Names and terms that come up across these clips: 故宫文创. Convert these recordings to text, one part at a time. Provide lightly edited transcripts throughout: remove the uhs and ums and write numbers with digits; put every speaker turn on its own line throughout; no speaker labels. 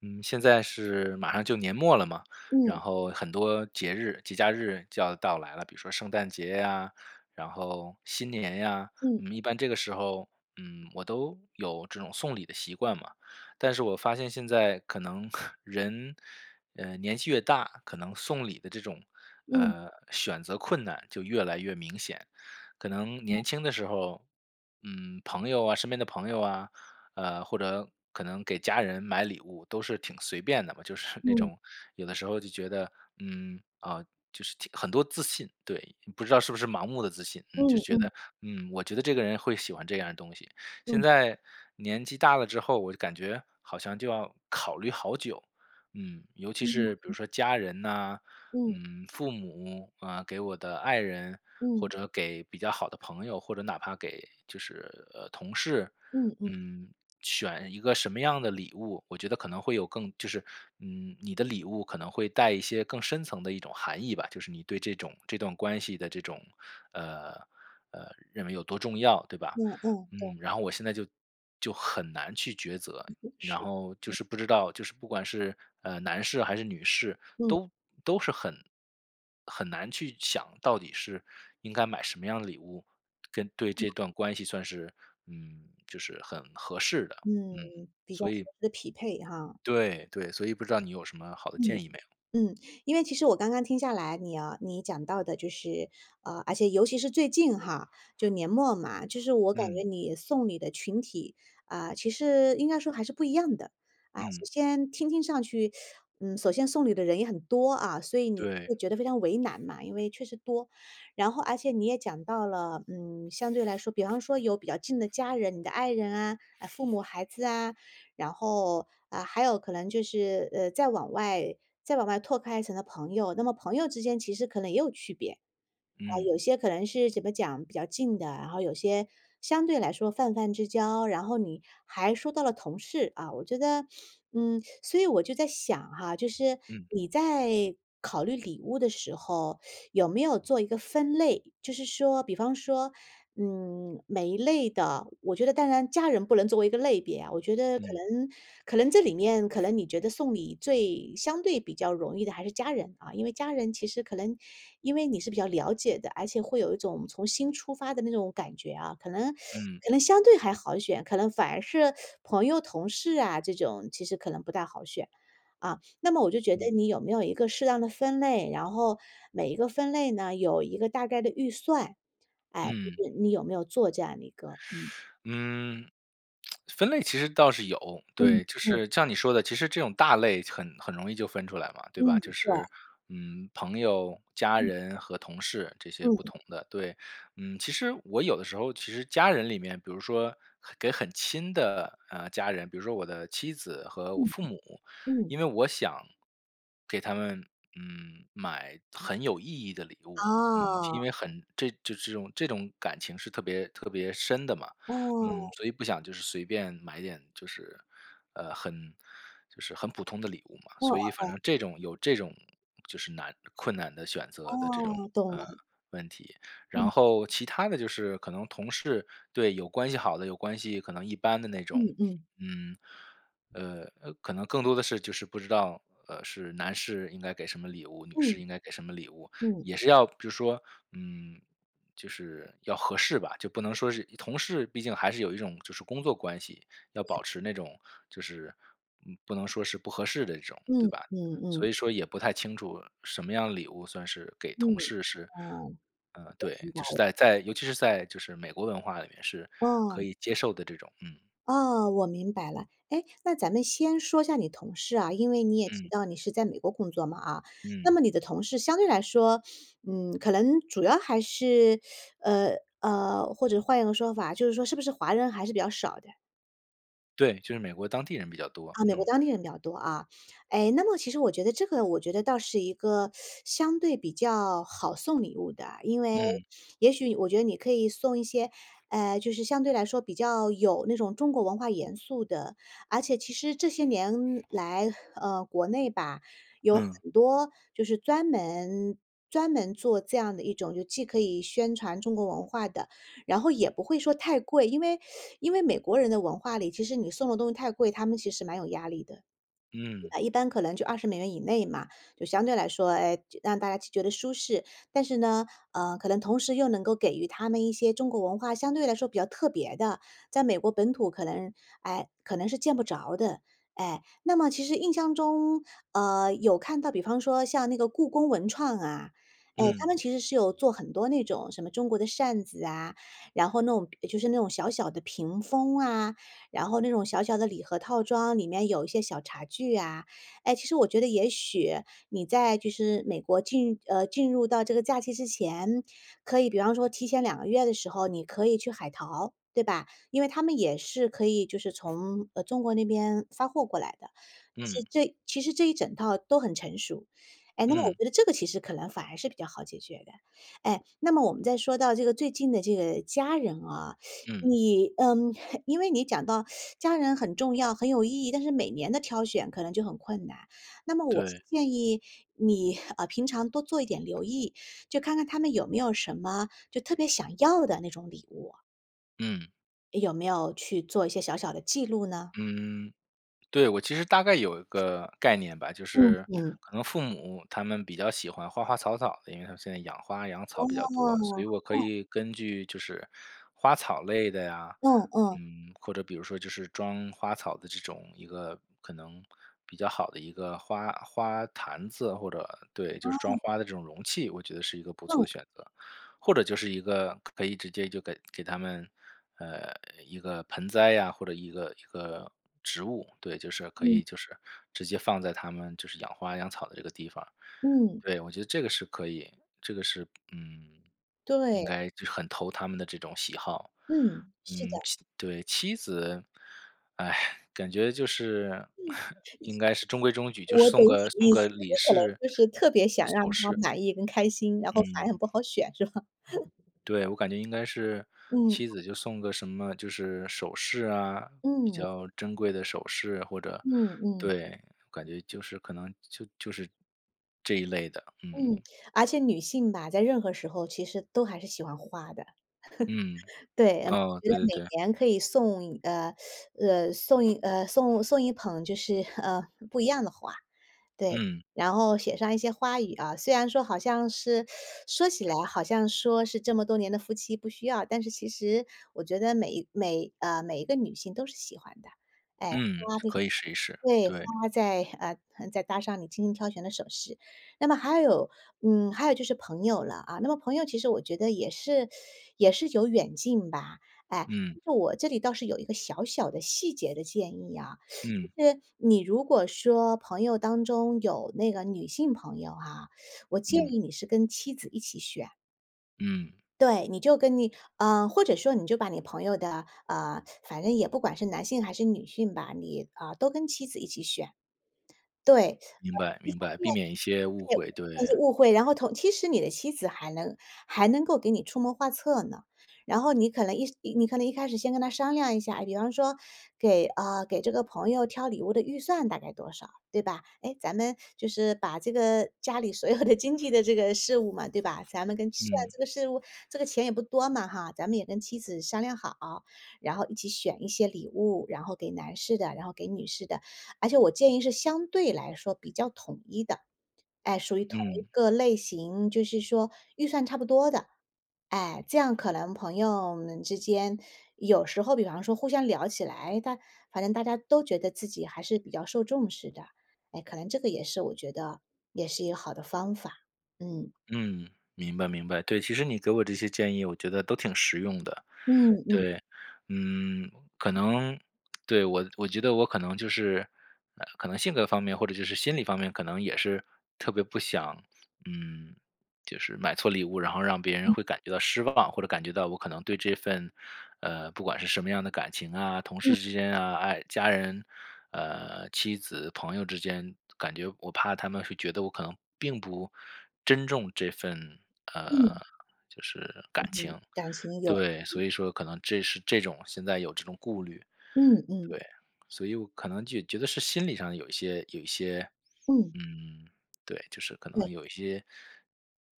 嗯，现在是马上就年末了嘛，
嗯
然后很多节日、节假日就要到来了，比如说圣诞节呀，然后新年呀，
嗯
嗯，一般这个时候，嗯，我都有这种送礼的习惯嘛。但是我发现现在可能 人，年纪越大，可能送礼的这种，
嗯
选择困难就越来越明显。可能年轻的时候，嗯，朋友啊，身边的朋友啊，或者可能给家人买礼物都是挺随便的嘛，就是那
嗯
种有的时候就觉得，嗯，啊，就是挺很多自信，对，不知道是不是盲目的自信，嗯，就
嗯
觉
嗯
得，嗯，我觉得这个人会喜欢这样的东西。
嗯
现
嗯
在年纪大了之后，我就感觉好像就要考虑好久，嗯，尤其是比如
嗯
说家人呐、
嗯
嗯，父母啊、给我的爱人，或
嗯
者给比较好的朋友，或者哪怕给就是同事，
嗯，
嗯，选一个什么样的礼物，我觉得可能会有更就是，嗯，你的礼物可能会带一些更深层的一种含义吧，就是你对这种这段关系的这种，呃认为有多重要，对
嗯
吧？
嗯，
嗯，然后我现在就很难去抉择，
对，
然
是，
后就是不知道，就是不管是男士还是女士，
嗯
都是很难去想到底是应该买什么样的礼物，跟对这段关系算是嗯，就是很合适的，
嗯，
嗯，
比较
所
合适
以
的匹配哈。
对对，所以不知道你有什么好的
嗯。
建议没有？
嗯，因为其实我刚刚听下来，你啊，你讲到的就是，而且尤其是最近哈，就年末嘛，就是我感
嗯
觉你送礼的群体啊，其实应该说还是不一样的啊。首
嗯，
先听听上去，嗯，首先送礼的人也很多啊，所以你
对，
会觉得非常为难嘛，因为确实多。然后而且你也讲到了，嗯，相对来说，比方说有比较近的家人，你的爱人啊，啊，父母、孩子啊，然后啊，还有可能就是再往外。再往外拓开一层的朋友，那么朋友之间其实可能也有区别。啊，
嗯
有些可能是怎么讲比较近的，然后有些相对来说泛泛之交，然后你还说到了同事啊，我觉得，嗯，所以我就在想哈，就是
嗯
你在考虑礼物的时候，有没有做一个分类？就是说，比方说嗯，每一类的，我觉得当然家人不能作为一个类别啊，我觉得可
嗯
能可能这里面可能你觉得送礼最相对比较容易的还是家人啊，因为家人其实可能因为你是比较了解的，而且会有一种从心出发的那种感觉啊，可能
嗯
可能相对还好选，可能反而是朋友、同事啊这种其实可能不太好选。啊，那么我就觉
嗯
得
嗯
你有没有一个适当的分类，然后每一个分类呢有一个大概的预算，哎，
嗯
就是你有没有做这样的一个
嗯，分类其实倒是有，
嗯
对，就
嗯
是像你说的，其实这种大类很容易就分出来嘛，对吧？
嗯，
就
对，
是嗯，朋友、家
嗯
人和同事这些不
嗯
同的，对，嗯，其实我有的时候其实家人里面，比如说很给很亲的家人，比如说我的妻子和我
嗯
父母，
嗯。
因为我想给他们嗯买很有意义的礼物，嗯，
哦，
因为很这就这种感情是特别特别深的嘛。
哦，
嗯，所以不想就是随便买点就是，很就是很普通的礼物嘛，
哦
所以反正这种有这种就是难困难的选择的这种，
哦，懂
呃，
了，
问题。然
嗯
后其他的就是可能同事对，有关系好的，有关系可能一般的那种，
嗯嗯
嗯，可能更多的是就是不知道，是男士应该给什么礼物，女士
嗯
应该给什么礼物，
嗯
也是要比如说，嗯就是要合适吧，就不能说是同事，毕竟还是有一种就是工作关系，要保持那种就是，嗯，不能说是不合适的这种，
嗯
对吧？
嗯嗯
所以说也不太清楚什么样的礼物算是给同
嗯，
事是，
哦，
嗯，对，
明白
就是
了，
在尤其是在就是美国文化里面是
哦，
可以接受的这种，嗯
哦，我明白了。哎，那咱们先说一下你同事啊，因为你也提
嗯
到你是在美国工作嘛啊，那
嗯，
么你的同事相对来说，嗯，可能主要还是，呃，或者换一个说法，就是说是不是华人还是比较少的？
对，就是美国当地人比较多，
啊，美国
嗯
当地人比较多啊。哎，那么其实我觉得这个我觉得倒是一个相对比较好送礼物的啊，因为
嗯
也许我觉得你可以送一些，就是相对来说比较有那种中国文化元素的，而且其实这些年来，国内吧，有
嗯
很多就是专门做这样的一种，就既可以宣传中国文化的，然后也不会说太贵，因为美国人的文化里，其实你送的东西太贵，他们其实蛮有压力的。
嗯
一般可能就20美元以内嘛，就相对来说，哎，让大家去觉得舒适。但是呢，可能同时又能够给予他们一些中国文化相对来说比较特别的，在美国本土可能，哎，可能是见不着的。哎，那么其实印象中，有看到，比方说像那个故宫文创啊，哎，他
嗯
们其实是有做很多那种什么中国的扇子啊，然后那种就是那种小小的屏风啊，然后那种小小的礼盒套装里面有一些小茶具啊。哎，其实我觉得也许你在就是美国进入到这个假期之前，可以比方说提前2个月的时候，你可以去海淘，对吧？因为他们也是可以就是从，中国那边发货过来的。是
嗯
这其实这一整套都很成熟。哎，那
嗯
么我
嗯
觉得这个其实可能反而是比较好解决的。哎，那么我们再说到这个最近的这个家人啊，
嗯，
你因为你讲到家人很重要、很有意义，但是每年的挑选可能就很困难。那么我是
对，
建议你，平常多做一点留意，就看看他们有没有什么就特别想要的那种礼物，
嗯
有没有去做一些小小的记录呢？
嗯。对，我其实大概有一个概念吧，就
嗯
是
嗯。
可能父母他们比较喜欢花花草草的，因为他们现在养花养草
哦，
比较多，所以我可以根据就是花草类的呀，
嗯嗯
嗯，或者比如说就是装花草的这种一个可能比较好的一个花坛子，或者对，就是装花的这种容器，我觉得是一个不
嗯
错的
嗯
选择，或者就是一个可以直接就给他们呃，一个盆栽呀，或者一个植物，对，就是可
嗯
以就是直接放在他们就是养花养草的这个地方。
嗯，
对，我觉得这个是可以，这个是嗯，应
对，
该就是很投他们的这种喜好。
嗯，是
嗯，
的，
妻对，妻子，哎，感觉就是
嗯
应该是中规中矩，就
我懂
送个
你意思，你
礼
可能
饰、
就是特别想让
首
他
饰，
满意跟开心，然后反而
嗯。
很不好选，是吧？
对，我感觉应该是妻
嗯
子就送个什么，就是首饰啊，比
嗯。
较珍贵的首饰或者
嗯嗯
对，感觉就是可能就是这一类的，嗯，
嗯，而且女性吧，在任何时候其实都还是喜欢花的。
嗯，
对，
哦，
觉得
对对
每
对，
年可以送一捧就是 不一样的花，对，
嗯，
然后写上一些花语啊。虽然说好像是说起来好像说是这么多年的夫妻不需要，但是其实我觉得每一个女性都是喜欢的，哎，
嗯，
花非常
可以试一试，
对，
对，
花再搭上你精心挑选的首饰，那么还有还有就是朋友了啊。那么朋友其实我觉得也是有远近吧，哎，
嗯，
但是我这里倒是有一个小小的细节的建议啊，
嗯，
就是你如果说朋友当中有那个女性朋友哈，我建
嗯，
议你是跟妻子一起选。
嗯，
对，你就跟你，或者说你就把你朋友的，反正也不管是男性还是女性吧，你啊、都跟妻子一起选。对，
明白
一
明
方
白，
面
避免一些误
对，
会，
那些
对，
误会，然后其实你的妻子还能能够给你出谋划策呢。然后你可能一开始先跟他商量一下，哎，比方说给这个朋友挑礼物的预算大概多少，对吧？哎，咱们就是把这个家里所有的经济的这个事务嘛，对吧？咱们虽然
嗯，
这个事务这个钱也不多嘛哈，咱们也跟妻子商量好，然后一起选一些礼物，然后给男士的，然后给女士的。而且我建议是相对来说比较统一的，哎，属于同一
嗯。
个类型，就是说预算差不多的，哎，这样可能朋友们之间有时候，比方说互相聊起来，反正大家都觉得自己还是比较受重视的，哎，可能这个也是我觉得也是一个好的方法，嗯
嗯，明白明白。对，其实你给我这些建议，我觉得都挺实用的。
嗯嗯
对，嗯，可能对我，我觉得我可能就是，可能性格方面或者就是心理方面，可能也是特别不想，嗯，就是买错礼物，然后让别人
嗯
会感觉到失望，或者感觉到我可能对这份，不管是什么样的感情啊，同事
嗯
之间啊，爱家人，妻子、朋友之间，感觉我怕他们会觉得我可能并不珍重这份，呃，
嗯
就是
嗯，
感情。
感情有，
对，所以说可能这是这种现在有这种顾虑。
嗯嗯
对，所以我可能就觉得是心理上有一些，
嗯，
嗯，对，就是可能
对，
有一些，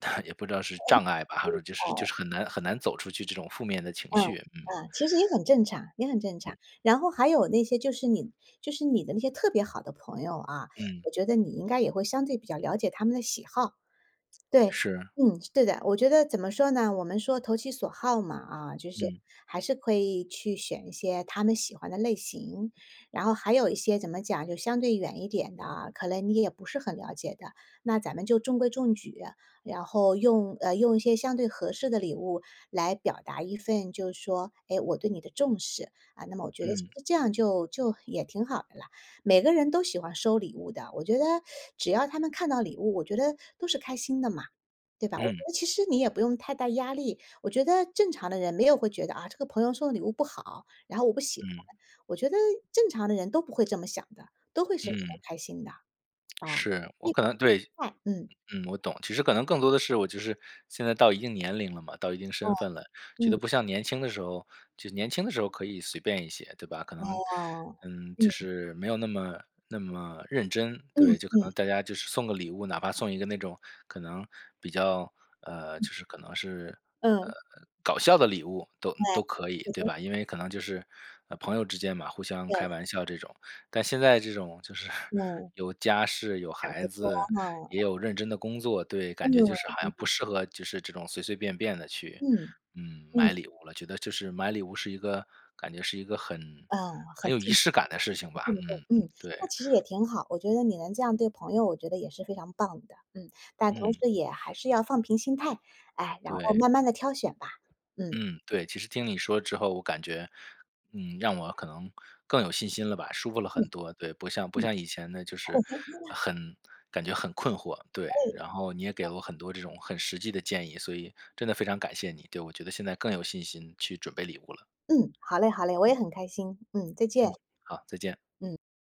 也不知道是障碍吧，还是说就是
嗯，好。
很难很难走出去这种负面的情
嗯，
绪，嗯
嗯，其实也很正常，也很正常。然后还有那些就是你的那些特别好的朋友啊，
嗯，
我觉得你应该也会相对比较了解他们的喜好。对，
是，
嗯，对的。我觉得怎么说呢，我们说投其所好嘛，啊，就是
嗯
还是可以去选一些他们喜欢的类型，然后还有一些怎么讲，就相对远一点的啊，可能你也不是很了解的，那咱们就中规中矩，然后用一些相对合适的礼物来表达一份，就是说，哎，我对你的重视啊。那么我觉得其
嗯
实这样就也挺好的了。每个人都喜欢收礼物的，我觉得只要他们看到礼物，我觉得都是开心的嘛，对吧？我觉
嗯嗯
得其实你也不用太大压力，我觉得正常的人没有会觉得啊，这个朋友送的礼物不好，然后我不喜
嗯
欢，我觉得正常的人都不会这么想的，都会是很
嗯，
开心的啊。
是我
一分
可
钱
能对
一块嗯，
嗯，我懂。其实可能更多的是我就是现在到一定年龄了嘛，到一定
哦，
身份了，觉
嗯，
得不像年轻的时候，就年轻的时候可以随便一些，对吧？可能，
哦，
嗯，
嗯
就是没有那么认真，
嗯
对，就可
嗯
能大家就是送个礼物，哪怕送一个那种可能比较就是可能是
嗯，
呃搞笑的礼物都
对，
可以，
我
对
觉
吧？
得
因为可能就是朋友之间嘛，互相
对，
开玩笑这种。但现在这种就是
嗯，
有家室、有
想
孩
得多
子，
哈，
也有认真的工作，对，感觉就是
嗯
好像不适合就是这种随随便便的去，
嗯
嗯，
嗯，
买礼物了。觉得就是买礼物是一个感觉是一个很
哦，很
有仪
重
式感的事情吧，
嗯对，
嗯，
嗯，那
对，
其实也挺好，我觉得你能这样对朋友，我觉得也是非常棒的，嗯，但同
嗯，
时也还是要放平心态，哎，然后
对，
慢慢的挑选吧，嗯，
嗯，对。其实听你说之后，我感觉，嗯，让我可能更有信心了吧，舒服了
嗯，
很多，对，不像
嗯，
以前的就是 很感觉很困惑，对。
哎，
然后你也给了我很多这种很实际的建议，所以真的非常感谢你，对，我觉得现在更有信心去准备礼物了。
嗯，好嘞，好嘞，我也很开心，嗯，再见，
嗯，好，再见。
嗯。